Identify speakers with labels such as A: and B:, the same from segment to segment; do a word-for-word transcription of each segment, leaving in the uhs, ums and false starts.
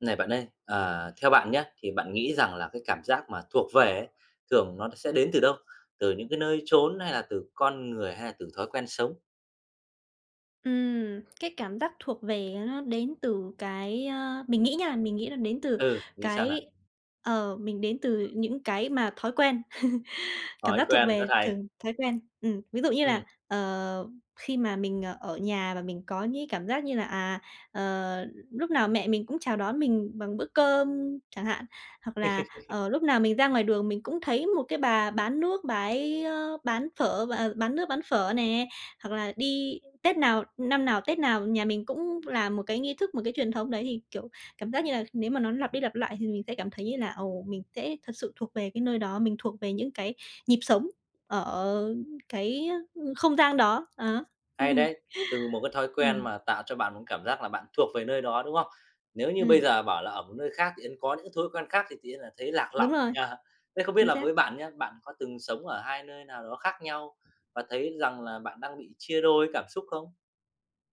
A: Này bạn ơi, à, theo bạn nhé thì bạn nghĩ rằng là cái cảm giác mà thuộc về ấy, thường nó sẽ đến từ đâu? Từ những cái nơi chốn hay là từ con người hay là từ thói quen sống?
B: Ừm, cái cảm giác thuộc về nó đến từ cái, ơ mình nghĩ nha, mình nghĩ là đến từ
A: Ừ, nghĩ sao nào?
B: cái ờ, mình đến từ những cái mà thói quen. Cảm
A: Thói
B: giác thuộc
A: quen rất
B: về
A: hay.
B: thường thói quen. Ừm, ví dụ như là,
A: Ừm,
B: ờ, khi mà mình, ờ, ở nhà và mình có những cảm giác như là, à, ờ, lúc nào mẹ mình cũng chào đón mình bằng bữa cơm chẳng hạn, hoặc là, ờ, lúc nào mình ra ngoài đường mình cũng thấy một cái bà bán nước, bà ấy, ơ, bán phở và bán nước, bán phở nè, hoặc là đi Tết nào năm nào Tết nào nhà mình cũng làm một cái nghi thức, một cái truyền thống đấy thì, kiểu, cảm giác như là nếu mà nó lặp đi lặp lại thì mình sẽ cảm thấy như là, ồ, mình sẽ thật sự thuộc về cái nơi đó, mình thuộc về những cái nhịp sống ở cái, ừ, không gian đó, đó.
A: hay đấy, từ một cái thói quen
B: Ừm,
A: mà tạo cho bạn một cảm giác là bạn thuộc về nơi đó, đúng không? Nếu như bây
B: ừm,
A: giờ bảo là ở một nơi khác thì có những thói quen khác thì tự nhiên là thấy lạc
B: đúng
A: lõng.
B: rồi,
A: À, thế không biết
B: chính
A: là
B: xác.
A: với bạn nhé, bạn có từng sống ở hai nơi nào đó khác nhau và thấy rằng là bạn đang bị chia đôi cảm xúc không?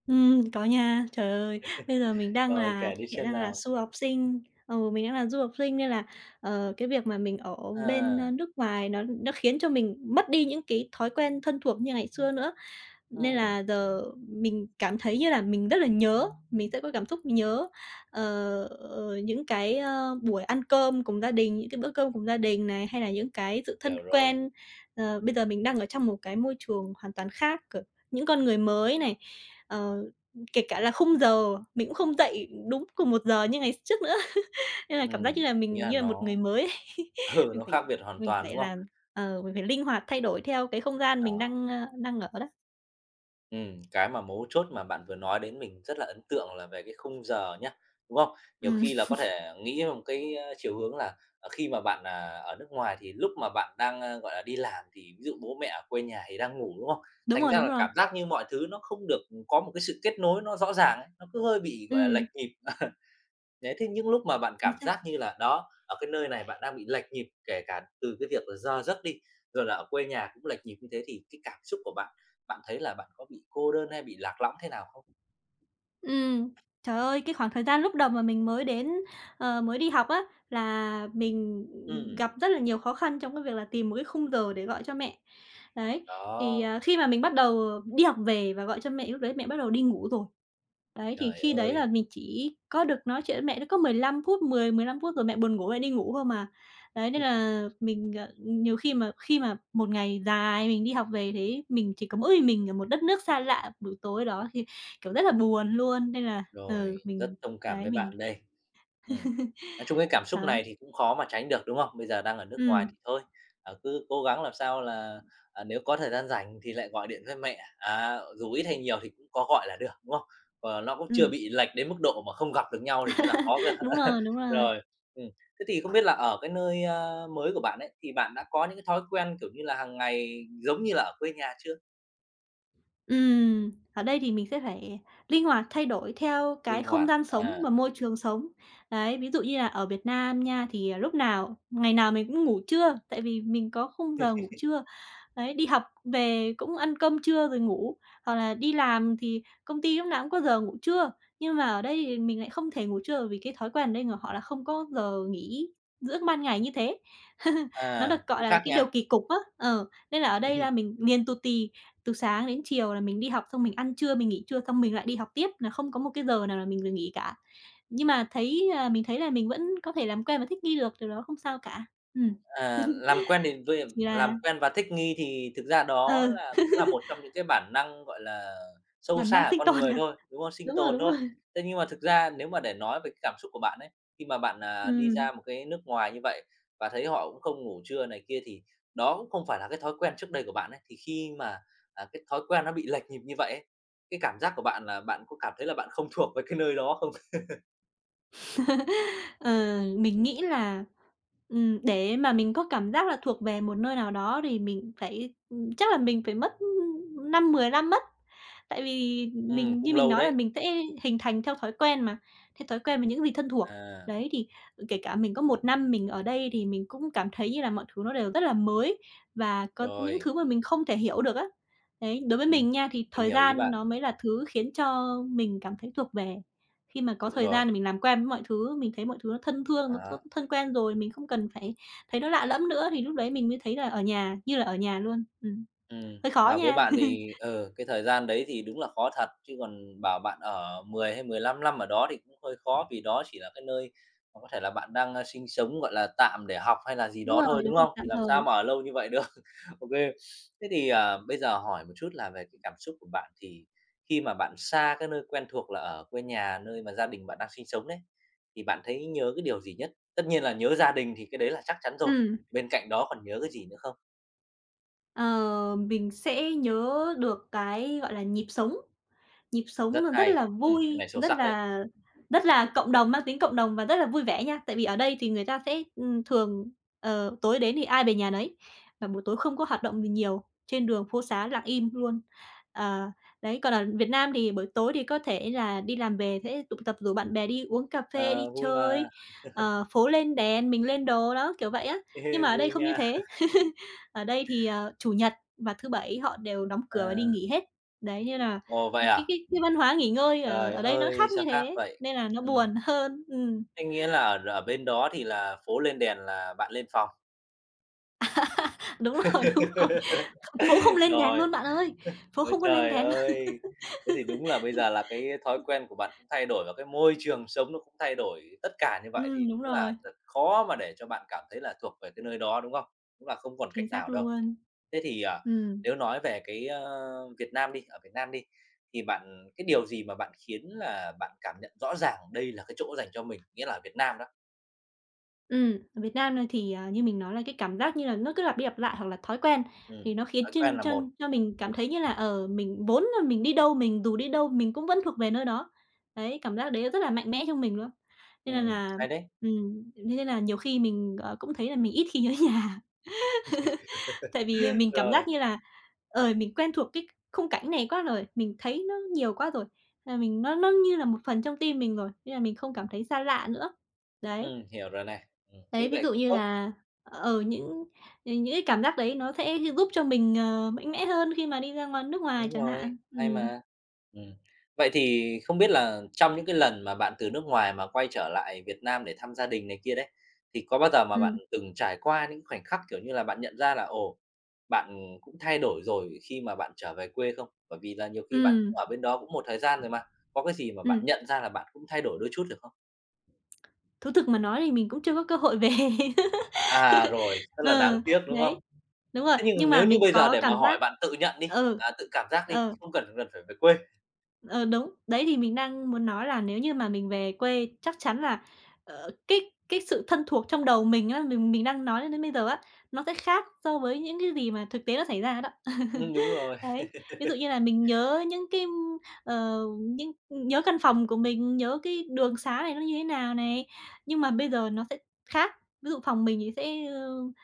B: Ừm, có nha. Trời ơi, bây giờ mình đang
A: Rồi,
B: là
A: kể đi
B: hiện
A: xem
B: đang là
A: nào.
B: du học sinh, ừ, mình đang là du học sinh nên là, ờ, cái việc mà mình ở bên, ơ,
A: À.
B: nước ngoài nó nó khiến cho mình mất đi những cái thói quen thân thuộc như ngày xưa nữa. Nên
A: Ừm,
B: là giờ mình cảm thấy như là mình rất là nhớ, mình sẽ có cảm xúc nhớ, ờ, ờ, những cái, ơ, buổi ăn cơm cùng gia đình, những cái bữa cơm cùng gia đình này, hay là những cái sự thân
A: hiểu rồi.
B: quen. Ờ, bây giờ mình đang ở trong một cái môi trường hoàn toàn khác, c những con người mới này, ờ, kể cả là khung giờ mình cũng không dậy đúng cùng một giờ như ngày trước nữa, nên là cảm giác
A: Ừm,
B: như là mình
A: Nghĩa là
B: như là một người
A: nó
B: mới ấy.
A: ừ,
B: Mình
A: nó
B: phải
A: khác biệt hoàn
B: mình
A: toàn,
B: phải
A: đúng không?
B: làm ờ, mình phải linh hoạt thay đổi theo cái không gian mình
A: Đó,
B: đang, ơ, đang ở đó.
A: ừm, cái mà mấu chốt mà bạn vừa nói đến mình rất là ấn tượng là về cái khung giờ nhá, đúng không? Nhiều
B: Ừm.
A: khi là có thể nghĩ một cái, a, chiều hướng là, ờ, khi mà bạn, à, ở nước ngoài thì lúc mà bạn đang, a, gọi là, đi làm thì ví dụ bố mẹ ở quê nhà thì đang ngủ, đúng không?
B: Đúng
A: Thành
B: rồi,
A: ra
B: đúng
A: là
B: rồi.
A: cảm giác như mọi thứ nó không được có một cái sự kết nối nó rõ ràng ấy, nó cứ hơi bị, gọi là,
B: Ừm.
A: lệch nhịp. Đấy, thế những lúc mà bạn
B: Chính
A: cảm
B: xác.
A: giác như là đó, ở cái nơi này bạn đang bị lệch nhịp, kể cả từ cái việc là giờ giấc đi, rồi là ở quê nhà cũng lệch nhịp như thế thì cái cảm xúc của bạn, bạn thấy là bạn có bị cô đơn hay bị lạc lõng thế nào không?
B: Ừm, trời ơi, cái khoảng thời gian lúc đầu mà mình mới đến, ờ, mới đi học á, là mình
A: Ừ,
B: gặp rất là nhiều khó khăn trong cái việc là tìm một cái khung giờ để gọi cho mẹ. Đấy, thì,
A: đó,
B: à, khi mà mình bắt đầu đi học về và gọi cho mẹ, lúc đấy mẹ bắt đầu đi ngủ rồi. Đấy, thì
A: trời
B: khi đấy là
A: ơi!
B: mình chỉ có được nói chuyện với mẹ nó có mười lăm phút, mười mười lăm phút rồi mẹ buồn ngủ, mẹ đi ngủ thôi mà. Đấy, nên là mình, ờ, nhiều khi mà khi mà một ngày dài mình đi học về thế mình chỉ có mỗi mình ở một đất nước xa lạ buổi tối đó thì kiểu, rất là buồn luôn, nên là
A: Rồi,
B: ừ,
A: rất
B: mình
A: thông cảm
B: đấy,
A: với
B: mình
A: bạn đây. Ừm, nói chung cái cảm xúc
B: đó,
A: này thì cũng khó mà tránh được, đúng không? Bây giờ đang ở nước ngoài
B: ừm,
A: thì thôi, à, cứ cố gắng làm sao là, à, nếu có thời gian rảnh thì lại gọi điện với mẹ, à, dù ít hay nhiều thì cũng có gọi là được, đúng không? Và nó cũng chưa
B: ừm,
A: bị lệch đến mức độ mà không gặp được nhau thì mới là khó cơ.
B: đúng rồi, đúng rồi.
A: Rồi, ừm, thế thì không biết là ở cái nơi, a, mới của bạn ấy, thì bạn đã có những cái thói quen, kiểu như là, hàng ngày giống như là ở quê nhà chưa?
B: Ừm, ở đây thì mình sẽ phải linh hoạt thay đổi theo cái
A: Linh
B: không
A: hoạt,
B: gian sống
A: à,
B: và môi trường sống. Đấy, ví dụ như là ở Việt Nam nha, thì, à, lúc nào ngày nào mình cũng ngủ trưa, tại vì mình có khung giờ ngủ trưa. Đấy, đi học về cũng ăn cơm trưa rồi ngủ, hoặc là đi làm thì công ty lúc nào cũng có giờ ngủ trưa, nhưng mà ở đây thì mình lại không thể ngủ trưa bởi vì cái thói quen ở đây của họ là không có giờ nghỉ giữa ban ngày như thế. Nó
A: à,
B: được gọi
A: cũng
B: là
A: khác
B: cái điều
A: nha.
B: kỳ cục á, ờ, nên là ở đây là mình liền tù tì, từ sáng đến chiều là mình đi học xong mình ăn trưa, mình nghỉ trưa xong mình lại đi học tiếp, là không có một cái giờ nào là mình được nghỉ cả. Nhưng mà thấy là mình thấy là mình vẫn có thể làm quen và thích nghi được, điều đó không sao cả. Ừm,
A: À, làm quen thì với
B: chỉ là
A: làm quen và thích nghi thì thực ra
B: ờ,
A: đó là cũng là một trong những cái bản năng, gọi là, sâu
B: Bản
A: xa
B: năng
A: ở
B: sinh
A: con
B: tồn.
A: người thôi, đúng không? Sinh
B: Đúng rồi,
A: tồn
B: đúng
A: thôi.
B: rồi.
A: Thế nhưng mà thực ra nếu mà để nói về cái cảm xúc của bạn ấy, khi mà bạn, à, đi
B: Ừm.
A: ra một cái nước ngoài như vậy và thấy họ cũng không ngủ trưa này kia thì đó cũng không phải là cái thói quen trước đây của bạn ấy. Thì khi mà, à, cái thói quen nó bị lệch nhịp như vậy ấy, cái cảm giác của bạn là bạn có cảm thấy là bạn không thuộc với cái nơi đó không?
B: Ờ, mình nghĩ là, ừm, để mà mình có cảm giác là thuộc về một nơi nào đó thì mình phải ừm, chắc là mình phải mất năm mười năm mất. Tại vì
A: Ừm,
B: mình như
A: cũng
B: mình
A: lâu
B: nói là
A: đấy.
B: mình sẽ hình thành theo thói quen mà, theo thói quen với những gì thân thuộc.
A: À,
B: Đấy, thì kể cả mình có một năm mình ở đây thì mình cũng cảm thấy như là mọi thứ nó đều rất là mới và có những
A: rồi,
B: thứ mà mình không thể hiểu được á. Đấy, đối với
A: ừm,
B: mình nha, thì
A: mình
B: thời
A: hiểu ý
B: gian
A: bạn,
B: nó mới là thứ khiến cho mình cảm thấy thuộc về. Khi mà có
A: đúng
B: thời
A: rồi.
B: gian thì mình làm quen với mọi thứ, mình thấy mọi thứ nó thân thương, nó thân
A: À,
B: thân quen rồi, mình không cần phải thấy nó lạ lẫm nữa, thì lúc đấy mình mới thấy là ở nhà, như là ở nhà luôn. Ừm,
A: ừm,
B: hơi khó
A: mà với
B: nha.
A: bạn thì, ừ, cái thời gian đấy thì đúng là khó thật, chứ còn bảo bạn ở mười hay mười lăm năm ở đó thì cũng hơi khó, vì đó chỉ là cái nơi mà có thể là bạn đang, a, sinh sống, gọi là, tạm để học hay là gì
B: Đúng
A: đó
B: rồi,
A: thôi,
B: đúng
A: đúng
B: rồi,
A: không?
B: tạm
A: Thì làm sao mà
B: thời.
A: ở lâu như vậy được. OK. Thế thì, à, bây giờ hỏi một chút là về cái cảm xúc của bạn thì khi mà bạn xa cái nơi quen thuộc là ở quê nhà, nơi mà gia đình bạn đang sinh sống đấy, thì bạn thấy nhớ cái điều gì nhất? Tất nhiên là nhớ gia đình thì cái đấy là chắc chắn rồi,
B: Ừm,
A: bên cạnh đó còn nhớ cái gì nữa không?
B: ờ, mình sẽ nhớ được cái, gọi là, nhịp sống. Nhịp sống
A: Rất
B: nó rất
A: hay,
B: là
A: ừm, cái này
B: vui,
A: sâu
B: rất
A: sắc đấy.
B: là rất là cộng đồng, mang tính cộng đồng và rất là vui vẻ nha. Tại vì ở đây thì người ta sẽ, ừm, thường, ờ, tối đến thì ai về nhà nấy, và buổi tối không có hoạt động gì nhiều, trên đường phố xá lặng im luôn. Ờ, đấy, còn ở Việt Nam thì buổi tối thì có thể là đi làm về sẽ tụ tập rủ bạn bè đi uống cà phê, đi
A: Ờ, vui mà,
B: chơi, ờ, phố lên đèn, mình lên đồ, đó, kiểu vậy á. Nhưng
A: Ê,
B: mà ở đây
A: vui
B: không như
A: nha.
B: thế. Ở đây thì, ờ, Chủ nhật và Thứ Bảy họ đều đóng cửa và đi
A: À,
B: nghỉ hết. Đấy, như là
A: ồ, vậy
B: cái
A: à?
B: cái cái văn hóa nghỉ ngơi ở
A: Trời
B: ở đây nó
A: ơi,
B: khác như
A: sao khác
B: thế,
A: vậy?
B: nên là nó
A: Ừm,
B: buồn hơn. Ừm,
A: Thế nghĩa là ở ở bên đó thì là phố lên đèn là bạn lên phòng.
B: đúng rồi, đúng rồi. Phố không lên đèn
A: Rồi,
B: luôn bạn ơi, phố
A: ôi
B: không có lên
A: trời
B: đèn luôn.
A: ơi! Thế thì đúng là bây giờ là cái thói quen của bạn cũng thay đổi và cái môi trường sống nó cũng thay đổi tất cả như vậy thì
B: Ừm, đúng
A: cũng là
B: rồi,
A: thật khó mà để cho bạn cảm thấy là thuộc về cái nơi đó, đúng không? Cũng là không còn cách
B: chính xác
A: nào đâu.
B: luôn.
A: Thế thì, à,
B: Ừm,
A: nếu nói về cái, ơ, Việt Nam đi, ở Việt Nam đi, thì bạn cái điều gì mà bạn khiến là bạn cảm nhận rõ ràng đây là cái chỗ dành cho mình? Nghĩa là ở Việt Nam đó,
B: ừm, ở Việt Nam này thì, à, như mình nói là cái cảm giác như là nó cứ lặp đi lặp lại hoặc là thói quen,
A: ừm,
B: thì nó khiến
A: thói
B: cho
A: quen là
B: cho
A: một,
B: cho mình cảm thấy như là, ờ, mình vốn là mình đi đâu, mình dù đi đâu mình cũng vẫn thuộc về nơi đó. Đấy, cảm giác đấy rất là mạnh mẽ trong mình luôn. Nên là
A: ừm,
B: là
A: hay đấy.
B: ừm, Thế nên là nhiều khi mình, ờ, cũng thấy là mình ít khi nhớ nhà. Tại vì mình cảm giác
A: Rồi,
B: như là, ờ, mình quen thuộc cái khung cảnh này quá rồi, mình thấy nó nhiều quá rồi, là mình nó nó như là một phần trong tim mình rồi, nên là mình không cảm thấy xa lạ nữa. Đấy,
A: ừm, hiểu rồi này, ừm, như
B: đấy, ví
A: vậy
B: dụ
A: cũng
B: như
A: tốt.
B: là, ờ, những, ờ, những cái cảm giác đấy nó sẽ giúp cho mình, ờ, mạnh mẽ hơn khi mà đi ra ngoài nước ngoài
A: Đúng
B: chẳng
A: rồi,
B: hạn.
A: hay
B: Ừm,
A: mà. Ừm. Vậy thì không biết là trong những cái lần mà bạn từ nước ngoài mà quay trở lại Việt Nam để thăm gia đình này kia đấy, thì có bao giờ mà bạn
B: ừm,
A: từng trải qua những khoảnh khắc, kiểu như là, bạn nhận ra là, ồ, bạn cũng thay đổi rồi khi mà bạn trở về quê không? Bởi vì là nhiều khi bạn
B: ừm,
A: cũng ở bên đó cũng một thời gian rồi mà, có cái gì mà bạn
B: ừm,
A: nhận ra là bạn cũng thay đổi đôi chút được không?
B: thú thực mà nói thì mình cũng chưa có cơ hội về.
A: À, rồi, rất là đáng
B: Ờ,
A: tiếc, đúng không?
B: Đấy, đúng rồi,
A: Thế
B: nhưng
A: nhưng
B: mà
A: nếu như
B: mình
A: bây giờ
B: có
A: để mà
B: cảm
A: hỏi
B: giác
A: bạn tự nhận đi,
B: ừ,
A: à, tự cảm giác đi,
B: ờ.
A: không cần cần phải về quê.
B: Ờ, đúng. Đấy, thì mình đang muốn nói là nếu như mà mình về quê chắc chắn là, ờ, cái cái sự thân thuộc trong đầu mình á, mình mình đang nói đến bây giờ á, nó sẽ khác so với những cái gì mà thực tế nó xảy ra đó.
A: Ừm, đúng rồi.
B: Đấy, ví dụ như là mình nhớ những cái, ờ, những nhớ căn phòng của mình, nhớ cái đường xá này nó như thế nào này, nhưng mà bây giờ nó sẽ khác. Ví dụ phòng mình thì sẽ,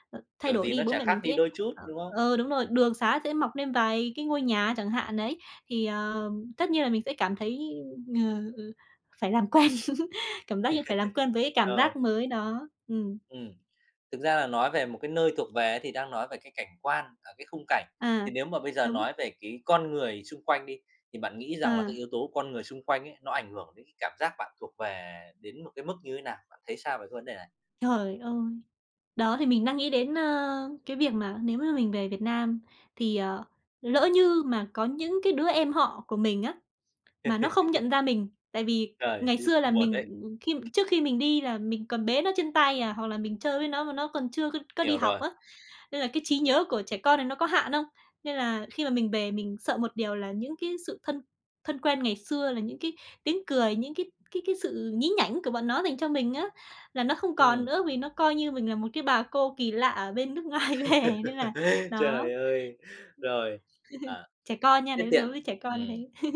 B: ờ, thay
A: Kiểu
B: đổi
A: gì
B: đi,
A: nó
B: bố
A: chả
B: mẹ
A: khác
B: mình
A: đi
B: sẽ
A: đôi chút,
B: ờ,
A: đúng không?
B: ờ, đúng rồi, đường xá sẽ mọc lên vài cái ngôi nhà chẳng hạn đấy, thì, ờ, tất nhiên là mình sẽ cảm thấy, ờ, ừ, phải làm quen, cảm giác như phải làm quen với cái cảm
A: Rồi.
B: giác mới đó. Ừm,
A: Ừm. Thực ra là nói về một cái nơi thuộc về ấy thì đang nói về cái cảnh quan, ở cái khung cảnh,
B: à,
A: thì nếu mà bây giờ
B: đúng,
A: nói về cái con người xung quanh đi, thì bạn nghĩ rằng là cái
B: à,
A: yếu tố con người xung quanh ấy, nó ảnh hưởng đến cái cảm giác bạn thuộc về đến một cái mức như thế nào? Bạn thấy sao về cái vấn đề này?
B: trời ơi! Đó, thì mình đang nghĩ đến, ơ, cái việc mà nếu mà mình về Việt Nam thì, ờ, lỡ như mà có những cái đứa em họ của mình á, mà nó không nhận ra mình, tại vì
A: Trời,
B: ngày
A: thế thì
B: xưa là
A: cũng buồn
B: mình,
A: đấy.
B: khi trước khi mình đi là mình còn bế nó trên tay à, hoặc là mình chơi với nó mà nó còn chưa có có đi
A: Hiểu
B: học
A: rồi.
B: á, nên là cái trí nhớ của trẻ con này nó có hạn không? Nên là khi mà mình về mình sợ một điều là những cái sự thân thân quen ngày xưa, là những cái tiếng cười, những cái cái cái sự nhí nhảnh của bọn nó dành cho mình á, là nó không còn
A: Ừm.
B: nữa vì nó coi như mình là một cái bà cô kỳ lạ ở bên nước ngoài về, nên là đó,
A: Trời ơi! Rồi, à,
B: trẻ con nha,
A: thế
B: đấy, đối
A: tiện
B: với trẻ con như
A: Ừm.
B: thế.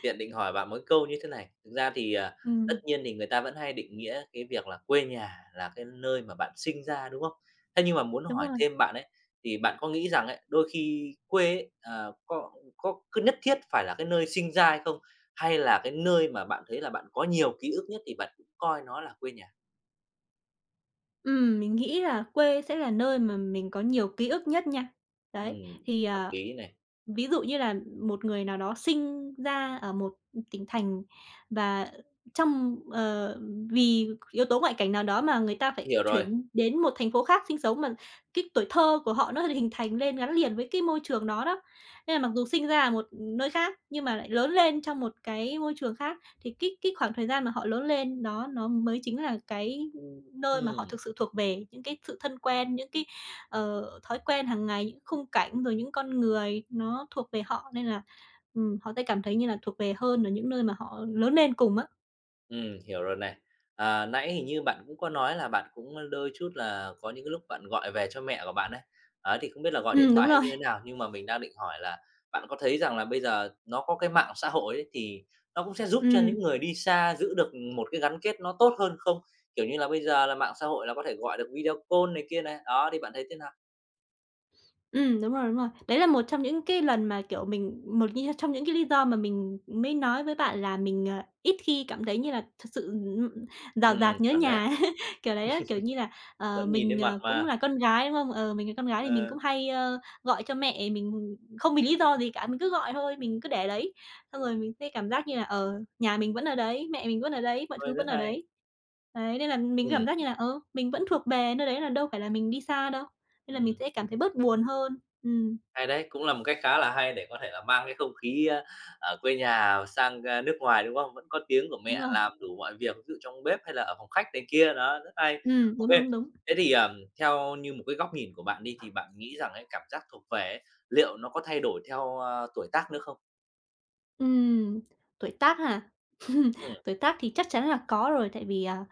A: tiện định hỏi bạn mỗi câu như thế này. Thực ra thì, à, tất
B: Ừm,
A: nhiên thì người ta vẫn hay định nghĩa cái việc là quê nhà là cái nơi mà bạn sinh ra, đúng không? Thế nhưng mà muốn
B: đúng
A: hỏi
B: rồi.
A: thêm bạn ấy, thì bạn có nghĩ rằng ấy, đôi khi quê ấy, ờ, có có cứ nhất thiết phải là cái nơi sinh ra hay không? Hay là cái nơi mà bạn thấy là bạn có nhiều ký ức nhất thì bạn cũng coi nó là quê nhà?
B: Ừm, mình nghĩ là quê sẽ là nơi mà mình có nhiều ký ức nhất nha. Đấy,
A: Ừm,
B: thì,
A: hợp
B: à,
A: lý này,
B: ví dụ như là một người nào đó sinh ra ở một tỉnh thành và trong ờ, vì yếu tố ngoại cảnh nào đó mà người ta phải
A: hiểu rồi.
B: chuyển đến một thành phố khác sinh sống mà cái tuổi thơ của họ nó hình thành lên gắn liền với cái môi trường đó đó. Nên là mặc dù sinh ra ở một nơi khác nhưng mà lại lớn lên trong một cái môi trường khác thì cái cái khoảng thời gian mà họ lớn lên đó nó mới chính là cái ừ, nơi mà họ
A: Ừm.
B: thực sự thuộc về, những cái sự thân quen, những cái ờ, thói quen hàng ngày, những khung cảnh, rồi những con người nó thuộc về họ nên là, ừm, họ sẽ cảm thấy như là thuộc về hơn ở những nơi mà họ lớn lên cùng á.
A: Ừm, hiểu rồi này. À, nãy hình như bạn cũng có nói là bạn cũng, đôi chút là có những cái lúc bạn gọi về cho mẹ của bạn ấy, ấy, thì không biết là gọi điện
B: Ừm, đúng
A: thoại hay
B: rồi.
A: như thế nào? Nhưng mà mình đang định hỏi là bạn có thấy rằng là bây giờ nó có cái mạng xã hội ấy, thì nó cũng sẽ giúp cho
B: Ừm.
A: những người đi xa giữ được một cái gắn kết nó tốt hơn không? Kiểu như là, bây giờ là mạng xã hội là có thể gọi được video call này kia này, đó, thì bạn thấy thế nào?
B: Ừm, đúng rồi, đúng rồi. Đấy là một trong những cái lần mà, kiểu, mình một như trong những cái lý do mà mình mới nói với bạn là mình, ờ, ít khi cảm thấy như là thực sự, ừm, rào
A: Ừm,
B: rạt nhớ
A: chuẩn
B: nhà
A: đấy,
B: ấy, kiểu đấy á. Kiểu như là, ờ,
A: vẫn nhìn thấy
B: mình,
A: mặt
B: ờ, cũng
A: mà.
B: là con gái, đúng không? Ờ, mình là con gái thì mình
A: Ờ,
B: cũng hay, ơ, gọi cho mẹ mình không vì lý do gì cả, mình cứ gọi thôi, mình cứ để đấy. Xong rồi mình sẽ cảm giác như là, ờ, nhà mình vẫn ở đấy, mẹ mình vẫn ở đấy, mọi
A: thôi
B: thứ vẫn
A: rất
B: ở
A: hay.
B: đấy. Đấy, nên là mình
A: Ừm,
B: cảm giác như là, ờ, mình vẫn thuộc về nơi đấy, là đâu phải là mình đi xa đâu. Nên là mình
A: ừm.
B: sẽ cảm thấy bớt buồn hơn. Ừm,
A: Hay đấy, cũng là một cách khá là hay để có thể là mang cái không khí, a, ở quê nhà sang, a, nước ngoài, đúng không? Vẫn có tiếng của
B: đúng
A: mẹ
B: rồi.
A: làm đủ mọi việc, ví dụ trong bếp hay là ở phòng khách này kia, đó, rất hay.
B: Ừm,
A: OK,
B: đúng, đúng, đúng.
A: thế thì, ờm, theo như một cái góc nhìn của bạn đi, thì bạn nghĩ rằng cái cảm giác thuộc về ấy, liệu nó có thay đổi theo, a, tuổi tác nữa không?
B: Ừm, tuổi tác ha?
A: Ừm,
B: Tuổi tác thì chắc chắn là có rồi, tại vì, à,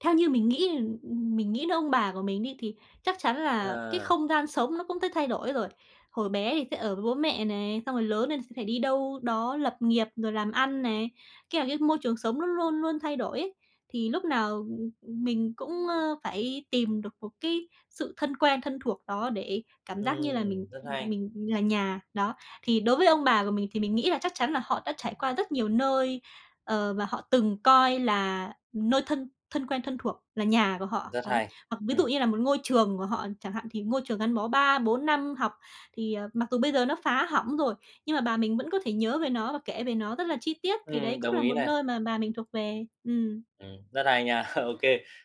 B: theo như mình nghĩ, mình nghĩ đến ông bà của mình đi, thì chắc chắn
A: ờ,
B: là cái không gian sống nó cũng sẽ thay đổi rồi. Hồi bé thì sẽ ở với bố mẹ này, xong rồi lớn lên sẽ phải đi đâu đó lập nghiệp rồi làm ăn này, cái là cái môi trường sống nó luôn luôn thay đổi ấy. Thì lúc nào, mình cũng, ơ, phải tìm được một cái sự thân quen, thân thuộc đó để cảm giác như là mình
A: ừm, rất hay,
B: mình là nhà. Đó, thì đối với ông bà của mình thì mình nghĩ là chắc chắn là họ đã trải qua rất nhiều nơi. Ờ, và họ từng coi là nơi thân thân quen thân thuộc là nhà của họ,
A: rất
B: đấy.
A: hay.
B: Hoặc ví
A: Ừm,
B: dụ như là một ngôi trường của họ chẳng hạn, thì ngôi trường gắn bó ba bốn năm học thì, ờ, mặc dù bây giờ nó phá hỏng rồi, nhưng mà bà mình vẫn có thể nhớ về nó và kể về nó rất là chi tiết, thì đấy
A: ừm,
B: cũng
A: đồng
B: là
A: ý
B: một
A: này.
B: nơi mà bà mình thuộc về. Ừm,
A: Ừm, rất hay nha. OK.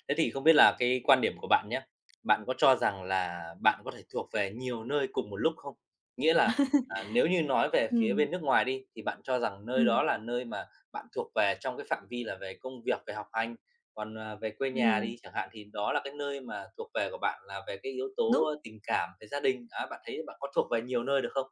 A: Thế thì không biết là cái quan điểm của bạn nhé, bạn có cho rằng là bạn có thể thuộc về nhiều nơi cùng một lúc không? Nghĩa là, à, nếu như nói về phía
B: ừm,
A: bên nước ngoài đi, thì bạn cho rằng nơi
B: ừm,
A: đó là nơi mà bạn thuộc về trong cái phạm vi là về công việc, về học hành, còn, à, về quê nhà
B: ừm,
A: đi chẳng hạn, thì đó là cái nơi mà thuộc về của bạn là về cái yếu tố,
B: đúng.
A: ơ, tình cảm, về gia đình. Á, bạn thấy bạn có thuộc về nhiều nơi được không?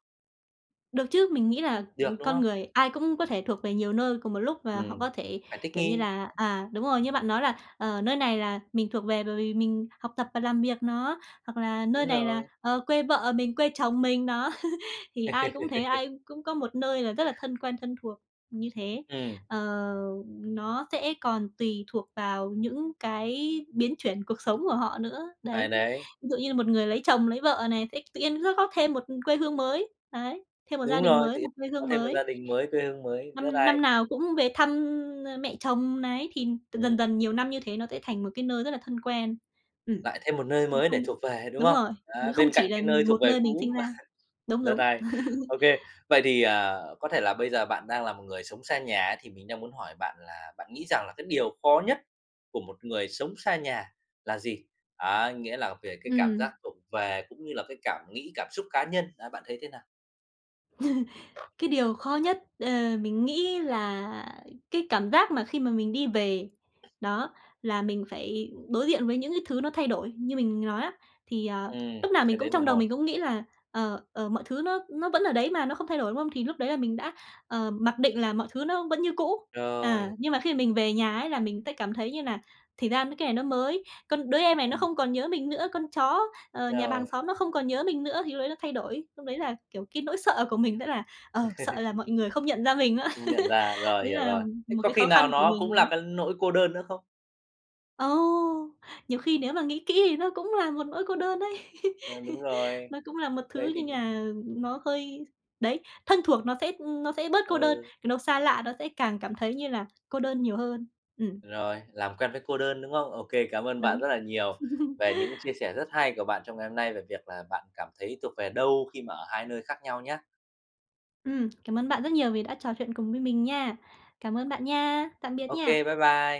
B: Được chứ, mình nghĩ là,
A: Được,
B: ừ,
A: đúng
B: con
A: không?
B: người ai cũng có thể thuộc về nhiều nơi cùng một lúc và họ
A: Ừm,
B: có thể,
A: phải thích
B: kiểu như
A: nghi.
B: là à, đúng rồi, như bạn nói là, ờ, nơi này là mình thuộc về bởi vì mình học tập và làm việc nó, hoặc là nơi
A: Đúng
B: này là,
A: rồi.
B: ờ, quê vợ mình, quê chồng mình, đó. Thì ai cũng thế, ai cũng có một nơi là rất là thân quen, thân thuộc như thế.
A: Ừm,
B: Ờ, nó sẽ còn tùy thuộc vào những cái biến chuyển cuộc sống của họ nữa,
A: hay
B: đấy.
A: đấy.
B: Ví dụ như là một người lấy chồng, lấy vợ này, sẽ tự nhiên nó có thêm một quê hương mới, đấy. Thêm một gia
A: Đúng
B: đình
A: rồi,
B: mới,
A: thì
B: một quê
A: có
B: hương
A: thêm một gia
B: mới,
A: đình mới, quê hương mới, rất
B: năm năm
A: hay.
B: nào cũng về thăm, ơ, mẹ chồng này, thì
A: Ừm,
B: dần dần nhiều năm như thế nó sẽ thành một cái nơi rất là thân quen. Ừm,
A: lại thêm một nơi mới để
B: không
A: thuộc về, đúng
B: đúng
A: không?
B: rồi,
A: Á,
B: không
A: bên
B: chỉ
A: cạnh
B: là
A: cái nơi thuộc
B: một
A: về
B: nơi mình sinh
A: cũ,
B: ra. Đúng,
A: rất
B: đúng.
A: hay. OK, vậy thì, à, có thể là bây giờ bạn đang là một người sống xa nhà ấy, thì mình đang muốn hỏi bạn là bạn nghĩ rằng là cái điều khó nhất của một người sống xa nhà là gì? Á, nghĩa là về cái cảm
B: Ừm.
A: giác thuộc về cũng như là cái cảm nghĩ, cảm xúc cá nhân, á, bạn thấy thế nào?
B: Cái điều khó nhất, ờ, mình nghĩ là cái cảm giác mà khi mà mình đi về, đó, là mình phải đối diện với những cái thứ nó thay đổi. Như mình nói á, thì, ờ,
A: Ừm,
B: lúc nào mình
A: cái
B: cũng
A: đấy là
B: trong đầu
A: một.
B: mình cũng nghĩ là, ờ, ờ, mọi thứ nó nó vẫn ở đấy mà, nó không thay đổi, đúng không? Thì lúc đấy là mình đã, ờ, mặc định là mọi thứ nó vẫn như cũ. À,
A: Rồi,
B: nhưng mà khi mình về nhà ấy là mình sẽ cảm thấy như là thì ra cái này nó mới, con đứa em này nó
A: ừm,
B: không còn nhớ mình nữa, con chó, ờ, nhà bà hàng
A: rồi.
B: xóm nó không còn nhớ mình nữa, thì lúc đấy nó thay đổi. Lúc đấy là, kiểu, cái nỗi sợ của mình sẽ là ờ, sợ là mọi người không nhận ra mình nữa.
A: Không nhận ra, rồi,
B: Đấy
A: hiểu
B: là
A: rồi. Thế
B: một
A: có
B: cái
A: khi
B: khó
A: nào
B: khăn của
A: nó
B: mình
A: cũng
B: nữa.
A: là cái nỗi cô đơn nữa không?
B: Ồ, nhiều khi nếu mà nghĩ kỹ thì nó cũng là một nỗi cô đơn đấy.
A: Ờ, đúng rồi,
B: Nó cũng là một
A: cái đấy
B: thứ
A: thì
B: nhưng mà nó hơi đấy, thân thuộc nó sẽ nó sẽ bớt cô đơn,
A: ừ,
B: cái nó xa lạ nó sẽ càng cảm thấy như là cô đơn nhiều hơn. Ừm,
A: rồi, làm quen với cô đơn, đúng không? OK, cảm ơn bạn
B: đúng.
A: rất là nhiều về những chia sẻ rất hay của bạn trong ngày hôm nay về việc là bạn cảm thấy thuộc về đâu khi mà ở hai nơi khác nhau nhé.
B: Ừm, cảm ơn bạn rất nhiều vì đã trò chuyện cùng với mình nha. Cảm ơn bạn nha. Tạm biệt
A: OK,
B: nha.
A: bye bye.